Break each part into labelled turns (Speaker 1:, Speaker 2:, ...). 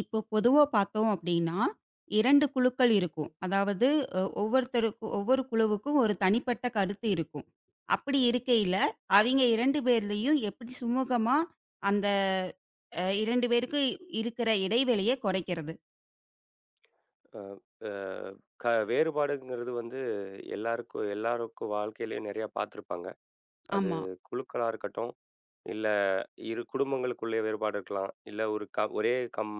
Speaker 1: இப்போ பொதுவா பார்த்தோம் அப்படின்னா, 2 குழுக்கள் இருக்கும். அதாவது ஒவ்வொருத்தருக்கும் ஒவ்வொரு குழுவுக்கும் ஒரு தனிப்பட்ட கருத்து இருக்கும். அப்படி இருக்கையில, அவிங்க 2 பேர்லயும் எப்படி சுமூகமா அந்த அ 2 பேருக்கு இருக்கிற இடைவெளிய குறைக்கிறது?
Speaker 2: அ, அ, க வேறுபாடுங்கிறது வந்து எல்லாருக்கும் எல்லாருக்கும் வாழ்க்கையிலயும் நிறையா பார்த்துருப்பாங்க. அது
Speaker 1: ஆமா,
Speaker 2: குழுக்களா இருக்கட்டும், இல்ல இரு குடும்பங்களுக்குள்ளே வேறுபாடு இருக்கலாம். இல்ல ஒரு க ஒரே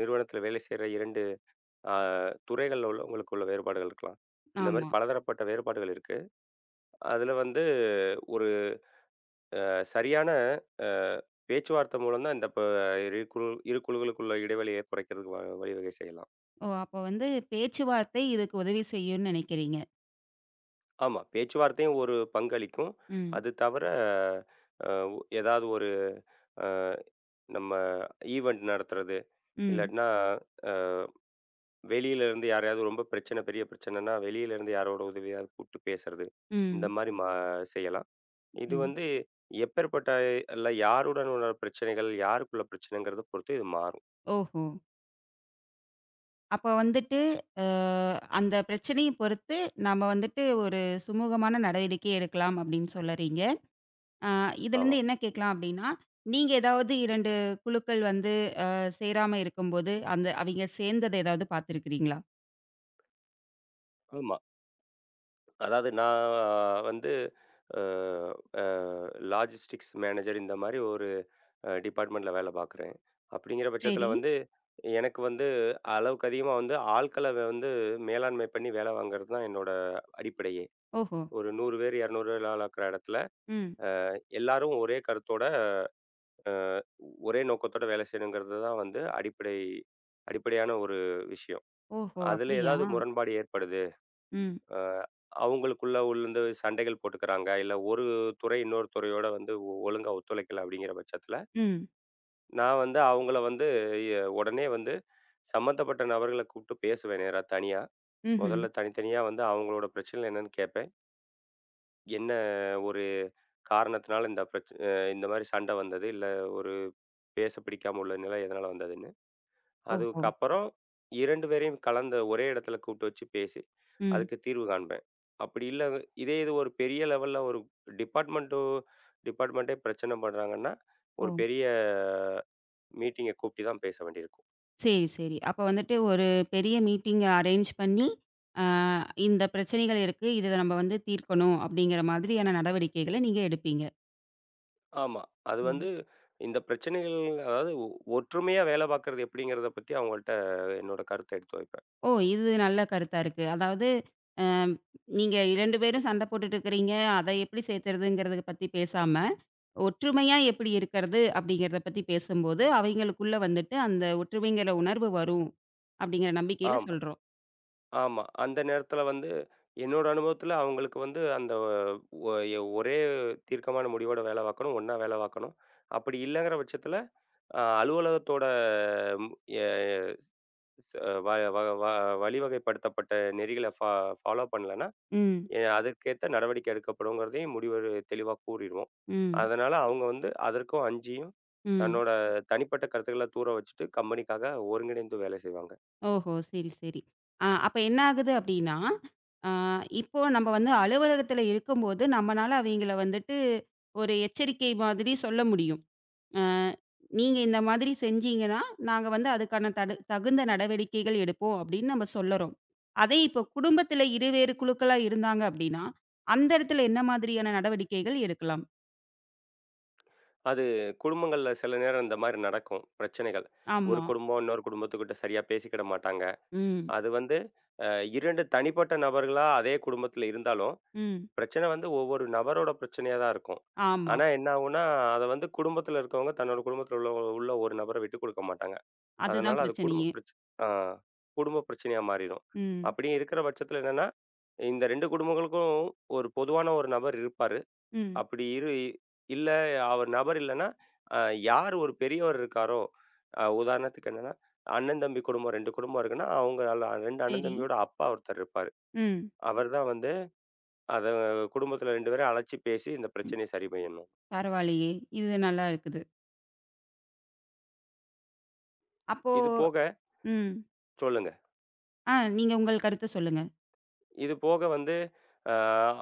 Speaker 2: நிறுவனத்தில வேலை செய்ற 2 அ துறைகள்ல உள்ளவங்களுக்குள்ள வேறுபாடுகள் இருக்கலாம். இந்த மாரி
Speaker 1: ஆமா.
Speaker 2: பலதரப்பட்ட வேறுபாடுகள் இருக்கு. அதுல வந்து ஒரு சரியான அ பேச்சுவார்த்தை மூலம் தான் இந்த ப இரு குழுக்களுக்குள்ள இடைவெளிய குறைக்கிறதுக்கு வழிவகை செய்யலாம்.
Speaker 1: ஓ! அப்போ வந்து பேச்சுவார்த்தை இதுக்கு உதவி செய்யும்னு நினைக்கிறீங்க.
Speaker 2: ஆமா. பேச்சுவார்த்தையும் ஒரு பங்களிக்கும்.
Speaker 1: ம்.
Speaker 2: அது தவிர அ ஏதாவது ஒரு அ நம்ம ஈவென்ட் நடத்துறது,
Speaker 1: ம்.
Speaker 2: இல்லாட்டினா அ வெளியில இருந்து யாரையாவது ரொம்ப பிரச்சனை, பெரிய பிரச்சனைன்னா வெளியில இருந்து யாரோட உதவியாவது கூப்பிட்டு பேசுறது. இந்த
Speaker 1: ம்.
Speaker 2: மாரி மா செய்யலாம். இது
Speaker 1: ம்.
Speaker 2: வந்து எப்பேற்பட்ட இல்ல யாருடனான பிரச்சனைகள், யாருக்குள்ள பிரச்சனைங்கிறத பொறுத்து இது மாறும்.
Speaker 1: ஓஹோ! அப்ப வந்துட்டு, அ அந்த பிரச்சனைய பொறுத்து நாம வந்துட்டு ஒரு சுமூகமான நடவடிக்கை எடுக்கலாம் அப்படின்னு சொல்லறீங்க. அ
Speaker 2: ஆமா.
Speaker 1: இதுலருந்து என்ன கேட்கலாம் அப்படின்னா, நீங்க ஏதாவது 2 குழுக்கள் வந்து சேராம இருக்கும்போது, அந்த அவைங்க சேர்ந்தத ஏதாவது பார்த்துருக்கிறீங்களா?
Speaker 2: ஆமா. அதாவது நான் வந்து அ அ லாஜிஸ்டிக்ஸ் மேனேஜர் இந்த மாரி ஒரு டிபார்ட்மெண்ட்ல வேலை பார்க்குறேன். அப்படிங்கிற பட்சத்தில
Speaker 1: சரி.
Speaker 2: வந்து, எனக்கு வந்து அளவுக்கு அதிகமா வந்து ஆட்கள வந்து மேலாண்மை பண்ணி வேலை வாங்குறது தான் என்னோட அடிப்படையே.
Speaker 1: ஓஹோ!
Speaker 2: ஒரு 100 பேர் 200 பேர் ஆள் ஆக்குற இடத்துல
Speaker 1: ம்.
Speaker 2: எல்லாரும் ஒரே கருத்தோட, அ ஒரே நோக்கத்தோட வேலை செய்யணுங்கிறது தான் வந்து அடிப்படையான ஒரு விஷயம்.
Speaker 1: ஓஹோ!
Speaker 2: அதில
Speaker 1: அப்படியா?
Speaker 2: ஏதாவது முரண்பாடு ஏற்படுது.
Speaker 1: ம்.
Speaker 2: அஹ் அவங்களுக்குள்ள உள்ள சண்டைகள் போட்டுக்கிறாங்க இல்லை ஒரு துறை இன்னொரு துறையோட வந்து ஒழுங்கா ஒத்துழைக்கல அப்படிங்கிற பட்சத்தில்
Speaker 1: ம்.
Speaker 2: நான் வந்து அவங்கள வந்து உடனே வந்து சம்மந்தப்பட்ட நபர்களை கூப்பிட்டு பேசுவேன் நேராக தனியாக.
Speaker 1: ம்ஹ்ம்.
Speaker 2: முதல்ல தனித்தனியாக வந்து அவங்களோட பிரச்சனை என்னன்னு கேட்பேன். என்ன ஒரு காரணத்தினால இந்த பிரச்ச இந்த மாதிரி சண்டை வந்தது இல்லை ஒரு பேச பிடிக்காம உள்ள நிலை எதனால் வந்தது
Speaker 1: ஓஹோ!
Speaker 2: அதுக்கப்புறம் 2 பேரையும் கலந்த ஒரே இடத்துல கூப்பிட்டு வச்சு பேசி,
Speaker 1: ம்.
Speaker 2: அதுக்கு தீர்வு காண்பேன். அப்படி இல்ல இது ஒரு பெரிய லெவல்ல ஒரு டிபார்ட்மெண்ட்டோ டிபார்ட்மெண்ட்டே பிரச்சனை பண்றாங்கன்னா,
Speaker 1: ஓ.
Speaker 2: ஒரு பெரிய மீட்டிங்க கூப்பிட்டு தான் பேச வேண்டியிருக்கும்.
Speaker 1: சரி, சரி. அப்ப வந்துட்டு ஒரு பெரிய மீட்டிங் அரேஞ்ச் பண்ணி, அ இந்த பிரச்சனைகள் இருக்கு. இத நம்ம வந்து தீர்க்கணும் அப்படிங்கிற மாதிரியான நடவடிக்கைகள நீங்க எடுப்பீங்க.
Speaker 2: ஆமா. அது வந்து
Speaker 1: ம்.
Speaker 2: இந்த பிரச்சனைகள் அதாவது ஒ ஒற்றுமையா வேலை பார்க்கறது எப்படிங்கிறத பத்தி அவங்கள்ட்ட என்னோட கருத்த எடுத்து வைப்பேன்.
Speaker 1: ஓ! இது நல்ல கருத்தா இருக்கு. அதாவது அ நீங்க 2 பேரும் சண்டை போட்டுட்டு இருக்கிறீங்க. அத எப்படி சேர்த்துறதுங்கிறத பத்தி பேசாம, ஒற்றுமையா எப்படி இருக்கிறது அப்படிங்கிறத பத்தி பேசும்போது, அவைங்களுக்குள்ள வந்துட்டு அந்த ஒற்றுமைங்கிற உணர்வு வரும் அப்படிங்கிற நம்பிக்கையில
Speaker 2: ஆமா.
Speaker 1: சொல்றோம்.
Speaker 2: ஆமா. அந்த நேரத்துல வந்து என்னோட அனுபவத்துல அவங்களுக்கு வந்து அந்த ஒ எ ஒரே தீர்க்கமான முடிவோட வேலை பார்க்கணும். ஒண்ணா வேலை பார்க்கணும். அப்படி இல்லங்கிற பட்சத்துல அலுவலகத்தோட ம் எ ஸ் வ வ வ வழிவகைப்படுத்தப்பட்ட நெறிகள ஃபாலோ பண்ணலன்னா,
Speaker 1: ம்,
Speaker 2: அதற்கேத்த நடவடிக்கை எடுக்கப்படுங்கிறதையும் முடிவு தெளிவா கூறிருவோம்.
Speaker 1: ம்,
Speaker 2: அதனால அவங்க வந்து அதற்கும் அஞ்சியும்
Speaker 1: ம்.
Speaker 2: தன்னோட தனிப்பட்ட கருத்துக்கள தூர வச்சுட்டு கம்பெனிக்காக ஒருங்கிணைந்து வேலை செய்வாங்க.
Speaker 1: ஓஹோ! சரி, சரி. அப்ப என்ன ஆகுது அப்படின்னா, அ இப்போ நம்ம வந்து அலுவலகத்தில இருக்கும்போது, நம்மனால அவைங்கள வந்துட்டு ஒரு எச்சரிக்கை மாதிரி சொல்ல முடியும். அ "நீங்க இந்த மாதிரி செஞ்சீங்கன்னா, நாங்க வந்து அதுக்கான தகுந்த நடவடிக்கைகள் எடுப்போம்" அப்படின்னு நம்ம சொல்லுறோம். அதே இப்போ குடும்பத்தில இருவேறு குழுக்களா இருந்தாங்க அப்படின்னா, அந்த இடத்துல என்ன மாதிரியான நடவடிக்கைகள் எடுக்கலாம்?
Speaker 2: அது குடும்பங்கள்ல சில நேரம் இந்த மாரி நடக்கும் பிரச்சனைகள். ஒரு
Speaker 1: ஆமா.
Speaker 2: குடும்பம் இன்னொரு குடும்பத்துக்கிட்ட சரியா பேசிக்கிட மாட்டாங்க.
Speaker 1: ம்,
Speaker 2: அது வந்து அ 2 தனிப்பட்ட நபர்களா அதே குடும்பத்தில இருந்தாலும்,
Speaker 1: ம்.
Speaker 2: பிரச்சனை வந்து ஒவ்வொரு நபரோட பிரச்சனையா தான் இருக்கும்.
Speaker 1: ஆமா.
Speaker 2: ஆனா என்ன ஆகும்னா, அத வந்து குடும்பத்தில இருக்கவங்க தன்னோட குடும்பத்தில உள்ள உள்ள ஒரு நபர விட்டுக் குடுக்க மாட்டாங்க. அதனால
Speaker 1: அதுதான்
Speaker 2: அது
Speaker 1: பிரச்சனையே.
Speaker 2: ஆ குடும்ப பிரச்சனையா மாறிரும்.
Speaker 1: ம்,
Speaker 2: அப்படி இருக்கிற பட்சத்தில என்னன்னா, இந்த 2 குடும்பங்களுக்கும் ஒரு பொதுவான ஒரு நபர் இருப்பாரு.
Speaker 1: ம்.
Speaker 2: அப்படி இரு இல்ல நபர் இல்லன்னா, அ யார் ஒரு பெரியவர் இருக்காரோ, உதாரணத்துக்கு என்னன்னா, அண்ணன், தம்பி குடும்பம் 2 குடும்பம் இருக்குன்னா, அவங்க அல்ல 2 அண்ணன்
Speaker 1: சரி.
Speaker 2: தம்பியோட அப்பா ஒருத்தர் இருப்பாரு.
Speaker 1: ம்.
Speaker 2: அவர் தான் வந்து அத குடும்பத்துல 2 பேரையும் அழைச்சு பேசி இந்த பிரச்சனைய சரி செய்யணும்.
Speaker 1: பரவாயில்லையே! இது நல்லா இருக்குது. அப்போ
Speaker 2: இது போக
Speaker 1: ம்.
Speaker 2: சொல்லுங்க.
Speaker 1: நீங்க உங்கள் கருத்த சொல்லுங்க.
Speaker 2: இது போக வந்து அ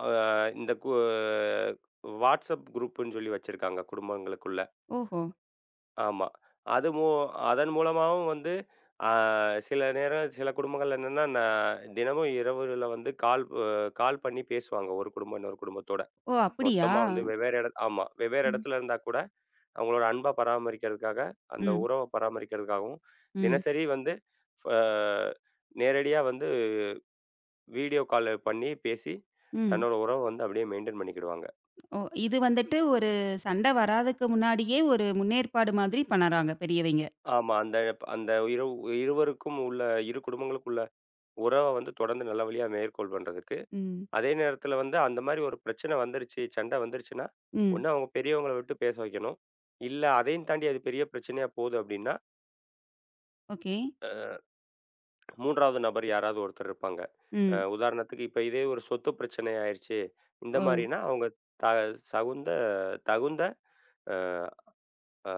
Speaker 2: அ இந்த கு WhatsApp குரூப்ன்னு சொல்லி வச்சிருக்காங்க குடும்பங்களுக்குள்ள.
Speaker 1: ஓஹோ!
Speaker 2: ஆமா. அது மூ அதன் மூலமாவும் வந்து அ சில நேரம் சில குடும்பங்கள்ல என்னன்னா, தினமும் இரவுல வந்து கால் பண்ணி பேசுவாங்க. ஒரு குடும்பம் இன்னொரு குடும்பத்தோட.
Speaker 1: ஓ! அப்படியா?
Speaker 2: மொத்தமா வந்து வெவ்வேறு எட ஆமா. வெவ்வேறு
Speaker 1: ம்.
Speaker 2: இடத்துல இருந்தா கூட அவங்களோட அன்ப பராமரிக்கிறதுக்காக, அந்த
Speaker 1: ம்.
Speaker 2: உறவ பராமரிக்கிறதுக்காகவும்,
Speaker 1: ம்.
Speaker 2: தினசரி வந்து ஃப நேரடியா வந்து வீடியோ கால் பண்ணி பேசி,
Speaker 1: ம்.
Speaker 2: தன்னோட உறவ வந்து அப்படியே மெயின்டெயின் பண்ணிக்கிடுவாங்க.
Speaker 1: ஓ! இது வந்துட்டு ஒரு சண்டை வராதுக்கு முன்னாடியே ஒரு முன்னேற்பாடு மாதிரி பண்ணறாங்க பெரியவைங்க.
Speaker 2: ஆமா. அந்த அந்த இருவருக்கும் உள்ள இரு குடும்பங்களுக்குள்ள உறவ வந்து தொடர்ந்து நல்ல வழியா மேற்கோள் பண்றதுக்கு.
Speaker 1: ம்.
Speaker 2: அதே நேரத்தில வந்து அந்த மாரி ஒரு பிரச்சனை வந்துருச்சு, சண்டை வந்துருச்சுன்னா,
Speaker 1: ம்.
Speaker 2: ஒண்ணு அவங்க பெரியவங்கள விட்டு பேச வைக்கணும். இல்ல அதையும் தாண்டி அது பெரிய பிரச்சனையா போகுது அப்டின்னா,
Speaker 1: ஓகே.
Speaker 2: 3வது நபர் யாராவது ஒருத்தர் இருப்பாங்க.
Speaker 1: ம்.
Speaker 2: உதாரணத்துக்கு இப்ப இதே ஒரு சொத்து பிரச்சனை ஆயிருச்சு. இந்த
Speaker 1: ஓ!
Speaker 2: மாரின்னா அவங்க த சகுந்த தகுந்த அ அ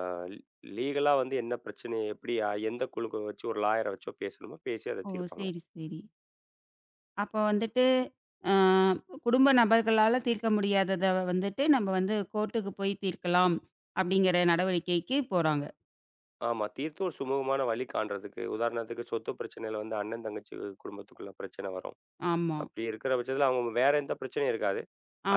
Speaker 2: லீகலா வந்து என்ன பிரச்சனை, எப்படி எந்த குழுக்க வச்சு ஒரு லாயர வச்சோ பேசணுமோ பேசி அத
Speaker 1: ஓ!
Speaker 2: தீர்ப்பாங்க.
Speaker 1: சரி, சரி. அப்போ வந்துட்டு ஆ குடும்ப நபர்களால தீர்க்க முடியாதத வந்துட்டு நம்ம வந்து கோர்ட்டுக்கு போய் தீர்க்கலாம் அப்படிங்கிற நடவடிக்கைக்கு போறாங்க.
Speaker 2: ஆமா. தீர்த்து ஒரு சுமூகமான வழி காண்றதுக்கு. உதாரணத்துக்கு சொத்து பிரச்சனையில வந்து அண்ணன், தங்கச்சி குடும்பத்துக்குள்ள பிரச்சனை வரும்.
Speaker 1: ஆமா,
Speaker 2: அப்படி இருக்கிற பட்சத்தில அவங்க வேற எந்த பிரச்சனையும் இருக்காது.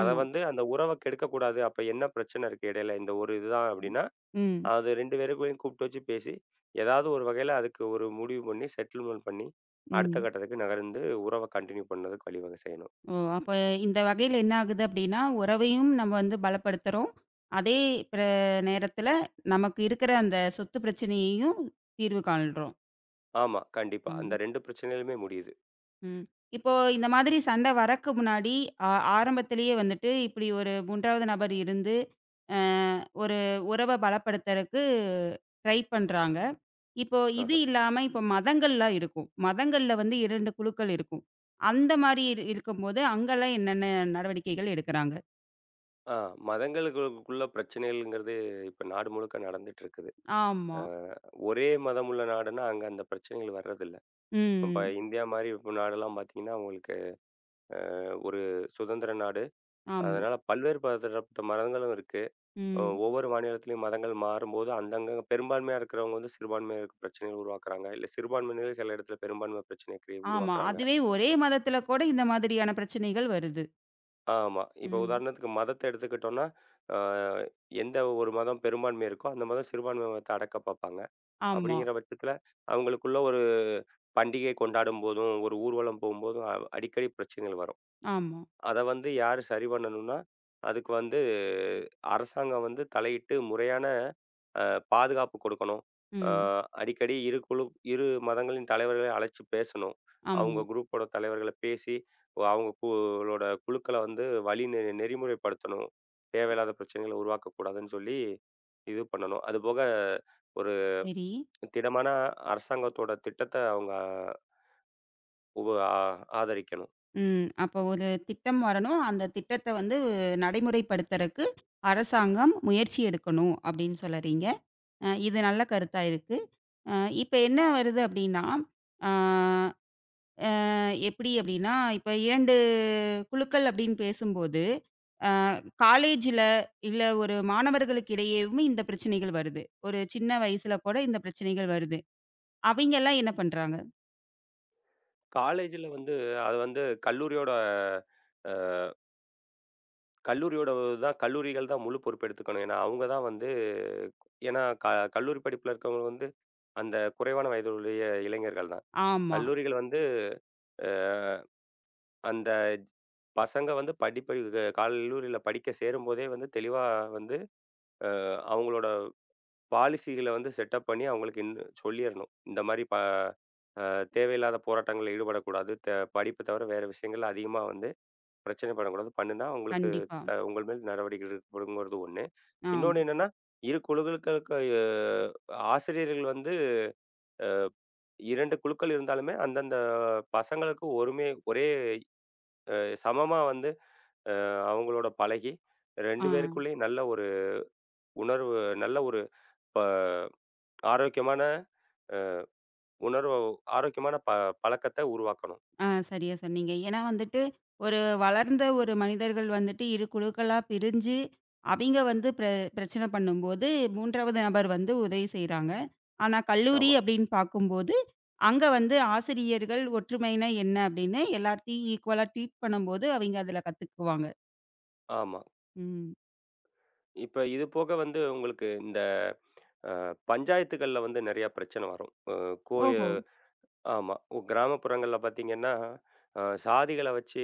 Speaker 2: அத வந்து அந்த உறவ கெடுக்கக்கூடாது. அப்ப என்ன பிரச்சனை இருக்கு இடையில? இந்த ஒரு இதுதான்
Speaker 1: ம்.
Speaker 2: அப்படின்னா,
Speaker 1: ம்.
Speaker 2: அது 2 பேருக்குள்ளயும் கூப்பிட்டு வச்சு பேசி, ஏதாவது ஒரு வகையில அதுக்கு ஒரு முடிவு பண்ணி, செட்டில்மென்ட் பண்ணி, அடுத்த
Speaker 1: ம்.
Speaker 2: கட்டத்துக்கு நகர்ந்து உறவ கன்டின்யூ பண்ணதுக்கு வழிவகை செய்யணும்.
Speaker 1: ஓ! அப்ப இந்த வகையில என்ன ஆகுது அப்டின்னா, உறவையும் நம்ம வந்து பலப்படுத்துறோம். அதே பிர நேரத்தில நமக்கு இருக்கிற அந்த சொத்து பிரச்சனையையும் தீர்வு காண்றோம்.
Speaker 2: ஆமா, கண்டிப்பா. அந்த
Speaker 1: ம்,
Speaker 2: 2 பிரச்சனையிலுமே முடியுது.
Speaker 1: ம். இப்போ இந்த மாதிரி சண்டை வரக்கு முன்னாடி ஆ ஆரம்பத்திலேயே வந்துட்டு இப்டி ஒரு 3வது நபர் இருந்து, அ ஒரு உறவ பலப்படுத்தறக்கு ட்ரை பண்றாங்க. இப்போ
Speaker 2: ஆஹ.
Speaker 1: இது இல்லாம, இப்போ மதங்கள்லாம் இருக்கும். மதங்கள்ல வந்து 2 குழுக்கள் இருக்கும். அந்த மாரி இரு இருக்கும்போது, அங்கலாம் என்னென்ன நடவடிக்கைகள் எடுக்குறாங்க?
Speaker 2: ஆ மதங்களுக்குள்ள பிரச்சனைகள்ங்கிறது இப்ப நாடு முழுக்க நடந்துட்டு இருக்குது.
Speaker 1: ஆமா.
Speaker 2: அ ஒரே மதம் உள்ள நாடுன்னா, அங்க அந்த பிரச்சனைகள் வர்றதில்ல. இப்ப
Speaker 1: ம்.
Speaker 2: இந்தியா மாரி இப்ப நாடெல்லாம் பார்த்தீங்கன்னா, உங்களுக்கு ஒரு சுதந்திர நாடு.
Speaker 1: ஆமா.
Speaker 2: அதனால பல்வேறு பதரப்பட்ட மதங்களும் இருக்கு.
Speaker 1: ம்.
Speaker 2: ஒவ்வொரு மாநிலத்திலயும் மதங்கள் மாறும்போது, அந்தங்க பெரும்பான்மையா இருக்கிறவங்க வந்து சிறுபான்மையினருக்கு பிரச்சனைகள் உருவாக்குறாங்க. இல்ல சிறுபான்மையினர் சில இடத்துல பெரும்பான்மை பிரச்சனைய
Speaker 1: ஆமா.
Speaker 2: உருவாக்குறாங்க.
Speaker 1: அதுவே ஒரே மதத்துல கூட இந்த மாதிரியான பிரச்சனைகள் வருது.
Speaker 2: ஆமா. இப்ப
Speaker 1: ம்.
Speaker 2: உதாரணத்துக்கு மதத்த எடுத்துக்கிட்டோம்னா, அ எந்த ஒரு மதம் பெரும்பான்மை இருக்கோ, அந்த மதம் சிறுபான்மை மதத்த அடக்க பார்ப்பாங்க.
Speaker 1: ஆமா,
Speaker 2: அப்படிங்கிற பட்சத்துல, அவங்களுக்குள்ள ஒரு பண்டிகை கொண்டாடும் போதும், ஒரு ஊர்வலம் போம்போதும், அடிக்கடி பிரச்சனைகள் வரும்.
Speaker 1: ஆமா.
Speaker 2: அத வந்து யாரு சரி பண்ணணும்னா, அதுக்கு வந்து அரசாங்கம் வந்து தலையிட்டு முறையான அ பாதுகாப்பு கொடுக்கணும். அ
Speaker 1: ம்.
Speaker 2: அடிக்கடி இரு மதங்களின் தலைவர்களை அழைச்சு பேசணும். அவங்க
Speaker 1: ஆமா.
Speaker 2: குரூப்போட தலைவர்கள பேசி, அவங்க குளோட குழுக்கள வந்து வழி நெ நெறிமுறைப்படுத்தணும். தேவையில்லாத பிரச்சனைகள உருவாக்கக்கூடாதுன்னு சொல்லி இது பண்ணணும். அதுபோக ஒரு
Speaker 1: சரி.
Speaker 2: திடமான அரசாங்கத்தோட திட்டத்த அவங்க உப ஆ ஆதரிக்கணும்.
Speaker 1: ம். அப்போ ஒரு திட்டம் வரணும். அந்த திட்டத்த வந்து நடைமுறைப்படுத்துறக்கு அரசாங்கம் முயற்சி எடுக்கணும், அப்படின்னு சொல்லறீங்க. இது நல்ல கருத்தா இருக்கு. அ இப்ப என்ன வருது அப்டின்னா, ஆ அ எப்டி அப்டின்னா, இப்ப 2 குழுக்கள் அப்டின்னு பேசும்போது, அ காலேஜ்ல இல்ல ஒரு மாணவர்களுக்கு இடையேவும் இந்த பிரச்சனைகள் வருது. ஒரு சின்ன வயசுல கூட இந்த பிரச்சனைகள் வருது. அவைங்கலாம் என்ன பண்றாங்க?
Speaker 2: காலேஜ்ல வந்து அது வந்து அ கல்லூரியோட தான் கல்லூரிகள் தான் முழு பொறுப்பு எடுத்துக்கணும். ஏன்னா, அவங்க தான் வந்து ஏன்னா க கல்லூரி படிப்புல இருக்கவங்க வந்து அந்த குறைவான வயதுடைய இளைஞர்கள் தான்.
Speaker 1: ஆமா.
Speaker 2: கல்லூரிகள் வந்து அ அந்த பசங்க வந்து படிப்ப கல்லூரியில படிக்க சேரும்போதே வந்து தெளிவா வந்து அவங்களோட பாலிசிகள வந்து செட்டப் பண்ணி அவங்களுக்கு சொல்லிரணும். இந்த மாரி ப அ தேவையில்லாத போராட்டங்கள்ல ஈடுபடக்கூடாது. படிப்பு தவிர வேற விஷயங்கள்ல அதிகமா வந்து பிரச்சனை பண்ணக்கூடாது. பண்ணுனா உங்களுக்கு
Speaker 1: கண்டிப்பா.
Speaker 2: உங்கள் மேல் நடவடிக்கை எடுக்கப்படுங்கிறது ஒண்ணு.
Speaker 1: ஆம்.
Speaker 2: இன்னொன்னு என்னன்னா, இரு குழுக்களுக்கு அ ஆசிரியர்கள் வந்து 2 குழுக்கள் இருந்தாலுமே, அந்தந்த பசங்களுக்கு ஒரே சமமா வந்து அவங்களோட பழகி
Speaker 1: ஆ.
Speaker 2: 2 பேருக்குள்ளேயும் உணர்வு நல்ல ஒரு ப ஆரோக்கியமான உணர்வு ஆரோக்கியமான ப பழக்கத்த உருவாக்கணும்.
Speaker 1: ஆ சரியா சொன்னீங்க. ஏன்னா வந்துட்டு, ஒரு வளர்ந்த ஒரு மனிதர்கள் வந்துட்டு இரு குழுக்களா பிரிஞ்சு, அவிங்க வந்து பிரச்சனை பண்ணும்போது, 3வது நபர் வந்து உதவி செய்றாங்க. ஆனா கல்லூரி
Speaker 2: ஆமா,
Speaker 1: அப்படின்னு பார்க்கும்போது, அங்க வந்து ஆசிரியர்கள் ஒற்றுமைனா என்ன அப்படின்னு எல்லாத்தையும் ஈக்குவலா ட்ரீட் பண்ணும்போது, அவிங்க அதில கத்துக்குவாங்க.
Speaker 2: ஆமா.
Speaker 1: ம்.
Speaker 2: இப்ப இது போக வந்து உங்களுக்கு இந்த பஞ்சாயத்துகள்ல வந்து நிறையா பிரச்சனை வரும். அ கோய
Speaker 1: ஓஹோ!
Speaker 2: ஆமா. கிராமப்புறங்கள்ல பார்த்தீங்கன்னா, சாதிகள வச்சு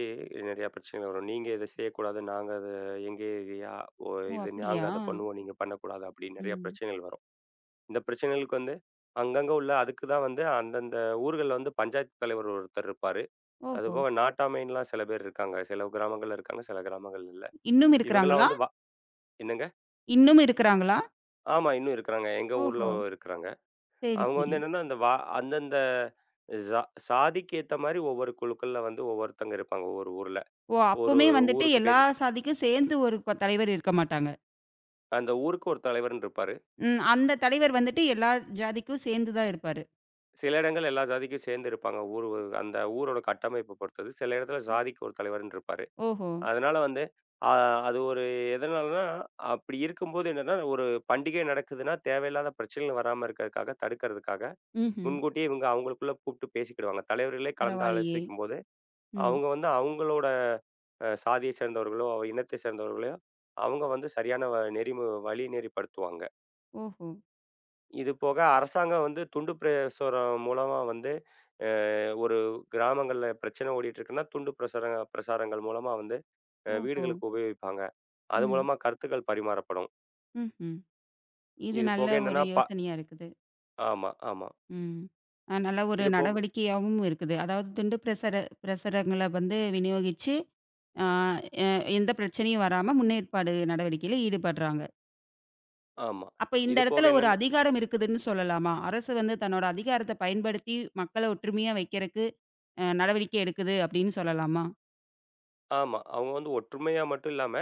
Speaker 2: நிறையா பிரச்சனைகள் வரும். நீங்க இத செய்யக்கூடாது. நாங்க அத எங்க யா ஒ
Speaker 1: ஓ
Speaker 2: இது நாங்க
Speaker 1: அப்படியா?
Speaker 2: அத பண்ணுவோம். நீங்க பண்ணக்கூடாது. அப்படி நிறையா
Speaker 1: ம்.
Speaker 2: பிரச்சனைகள் வரும். இந்த பிரச்சனைகளுக்கு வந்து அங்கங்க உள்ள அதுக்கு தான் வந்து அந்தந்த ஊர்கள்ல வந்து பஞ்சாயத்து தலைவர் ஒருத்தர் இருப்பாரு.
Speaker 1: ஓஹோ!
Speaker 2: அதுபோக நாட்டாமைன்லாம் சில பேர் இருக்காங்க. சில கிராமங்கள்ல இருக்காங்க. சில கிராமங்கள்ல இல்ல.
Speaker 1: இன்னும்
Speaker 2: இவங்கலாம்
Speaker 1: இருக்கிறாங்களா?
Speaker 2: வந்து வ என்னங்க?
Speaker 1: இன்னும் இருக்கிறாங்களா?
Speaker 2: ஆமா. இன்னும் இருக்கிறாங்க. எங்க ஊர்ல
Speaker 1: ஓஹோ!
Speaker 2: இருக்கிறாங்க.
Speaker 1: சரி,
Speaker 2: அவங்க வந்து
Speaker 1: சரி.
Speaker 2: என்னன்னா, அந்தந்த ஜா சாதிக்கு ஏத்த மாரி ஒவ்வொரு குழுக்கள்ல வந்து ஒவ்வொருத்தங்க இருப்பாங்க ஒவ்வொரு ஊர்ல.
Speaker 1: ஓ!
Speaker 2: ஒரு
Speaker 1: அப்பவுமே
Speaker 2: ம்.
Speaker 1: வந்துட்டு
Speaker 2: ஊருக்கு
Speaker 1: எல்லா
Speaker 2: பேரு
Speaker 1: சாதிக்கும் சேர்ந்து ஒரு தலைவர் இருக்க மாட்டாங்க.
Speaker 2: அந்த ஊருக்கு ஒரு தலைவர்ன்னு இருப்பாரு.
Speaker 1: ம். அந்த தலைவர் வந்துட்டு எல்லா ஜாதிக்கும் சேர்ந்து தான் இருப்பாரு.
Speaker 2: சில இடங்கள் எல்லா ஜாதிக்கும் சேர்ந்து இருப்பாங்க. அந்த ஊரோட கட்டமைப்ப பொறுத்தது. சில இடத்துல ஜாதிக்கு ஒரு தலைவர்ன்னு இருப்பாரு.
Speaker 1: ஓஹோ!
Speaker 2: அதனால வந்து அ அது ஒரு எதனாலன்னா, அப்படி இருக்கும்போது என்னன்னா, ஒரு பண்டிகை நடக்குதுன்னா, தேவையில்லாத பிரச்சனைகள் வராம இருக்கிறதுக்காக, தடுக்கிறதுக்காக,
Speaker 1: ம்ஹ்ம்.
Speaker 2: முன்கூட்டியே இவங்க அவங்களுக்குள்ள கூப்பிட்டு பேசிக்கிடுவாங்க. தலைவர்களே கலந்து
Speaker 1: பரவாயில்லையே!
Speaker 2: ஆலோசிக்கும்போது
Speaker 1: ம்.
Speaker 2: அவங்க வந்து அவங்களோட சாதியை சேர்ந்தவர்களோ, அவ இனத்தை சேர்ந்தவர்களோ, அவங்க வந்து சரியான வ நெறிமு வழிநெறிப்படுத்துவாங்க.
Speaker 1: ஓஹோ!
Speaker 2: இது போக அரசாங்கம் வந்து துண்டு பிரசுரம் மூலமா வந்து அ ஒரு கிராமங்கள்ல பிரச்சனை ஓடிட்டுருக்குன்னா, துண்டு பிரசாரங்கள் மூலமா வந்து
Speaker 1: ஓஹோ!
Speaker 2: வீடுகளுக்கு உபயோகிப்பாங்க. அது
Speaker 1: ம்.
Speaker 2: மூலமா கருத்துக்கள் பரிமாறப்படும்.
Speaker 1: ம்ஹ்ம். இது
Speaker 2: இது போக
Speaker 1: நல்ல
Speaker 2: என்னன்னா
Speaker 1: ஒரு
Speaker 2: ப
Speaker 1: யோசனையா இருக்குது.
Speaker 2: ஆமா, ஆமா.
Speaker 1: ம். நல்ல ஒரு
Speaker 2: இது போக
Speaker 1: நடவடிக்கையாவும் இருக்குது. அதாவது துண்டு பிரசுர பிரசுரங்கள வந்து விநியோகிச்சு, அ எ எந்த பிரச்சனையும் வராம முன்னேற்பாடு நடவடிக்கையில ஈடுபடுறாங்க.
Speaker 2: ஆமா.
Speaker 1: அப்ப இந்த
Speaker 2: இது போக
Speaker 1: இடத்துல ஒரு
Speaker 2: என்னன்னா
Speaker 1: அதிகாரம் இருக்குதுன்னு சொல்லலாமா? அரசு வந்து தன்னோட அதிகாரத்த பயன்படுத்தி மக்கள ஒற்றுமையா வைக்கிறக்கு நடவடிக்கை எடுக்குது அப்படின்னு சொல்லலாமா?
Speaker 2: ஆமா. அவங்க வந்து ஒற்றுமையா மட்டும் இல்லாம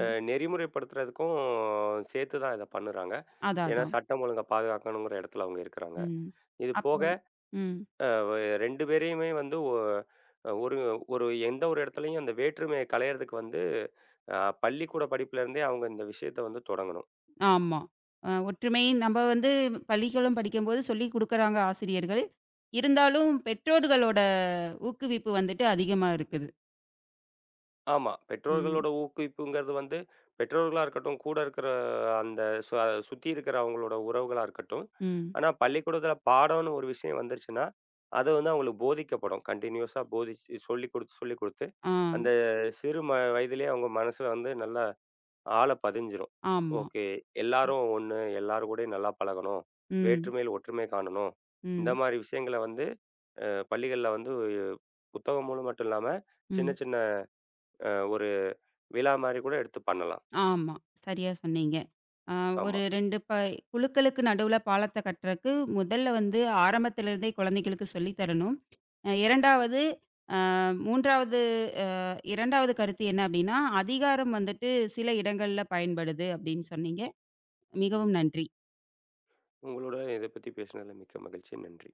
Speaker 2: அ நெறிமுறைப்படுத்துறதுக்கும் சேர்த்து தான் இத பண்ணுறாங்க.
Speaker 1: அதான்,
Speaker 2: ஏன்னா,
Speaker 1: அதான்.
Speaker 2: சட்டம் ஒழுங்கை பாதுகாக்கணுங்கிற இடத்துல அவங்க இருக்கிறாங்க.
Speaker 1: ம்.
Speaker 2: இது
Speaker 1: அப்ப
Speaker 2: போக
Speaker 1: ம்.
Speaker 2: அ வ 2 பேரையுமே வந்து ஒ ஒரு ஒரு எந்த ஒரு இடத்துலயும் அந்த வேற்றுமையை களையறதுக்கு வந்து அ பள்ளிக்கூட படிப்புலேருந்தே அவங்க இந்த விஷயத்த வந்து தொடங்கணும்.
Speaker 1: ஆமா. ஒற்றுமை நம்ம வந்து பள்ளிக்கூடம் படிக்கும்போது சொல்லிக் குடுக்குறாங்க ஆசிரியர்கள். இருந்தாலும் பெற்றோர்களோட ஊக்குவிப்பு வந்துட்டு அதிகமா இருக்குது.
Speaker 2: ஆமா.
Speaker 1: ம்.
Speaker 2: பெற்றோர்களோட ஊக்குவிப்புங்கிறது வந்து, பெற்றோர்களா இருக்கட்டும், கூட இருக்கிற அந்த ச சுத்தி இருக்கிற அவங்களோட உறவுகளா இருக்கட்டும்.
Speaker 1: ம்.
Speaker 2: ஆனா பள்ளிக்கூடத்தில பாடம்னு ஒரு விஷயம் வந்துருச்சுன்னா, அது வந்து அவங்களுக்கு போதிக்கப்படும். கன்டினியூஸா போதிச்சு சொல்லிக் குடுத்து,
Speaker 1: ஆ.
Speaker 2: அந்த சிறு ம வயதிலேயே அவங்க மனசுல வந்து நல்லா ஆழ பதிஞ்சிரும்.
Speaker 1: ஆமா.
Speaker 2: ஓகே. எல்லாரும் ஒண்ணு, எல்லாரும் கூடயும் நல்லா பழகணும்.
Speaker 1: ம்.
Speaker 2: வேற்றுமையில் ஒற்றுமை காணணும். இந்த
Speaker 1: ம்.
Speaker 2: மாரி விஷயங்கள வந்து அ பள்ளிகள்ல வந்து புத்தகம் மூலம் மட்டும் இல்லாம, சின்ன
Speaker 1: ம்.
Speaker 2: சின்ன ஒரு விழா மாரி கூட எடுத்து பண்ணலாம்.
Speaker 1: ஆமா. சரியா சொன்னீங்க. அ ஒரு
Speaker 2: ஆமா.
Speaker 1: 2 குழுக்களுக்கு நடுவுல பாலத்த கட்டுறக்கு முதல்ல வந்து ஆரம்பத்திலிருந்தே குழந்தைகளுக்கு சொல்லி தரணும். 2வது அ 3வது அ 2வது கருத்து என்ன அப்டின்னா, அதிகாரம் வந்துட்டு சில இடங்கள்ல பயன்படுது அப்டின்னு சொன்னீங்க. மிகவும் நன்றி.
Speaker 2: உங்களோட இத பத்தி பேசினதுல மிக்க மகிழ்ச்சி. நன்றி.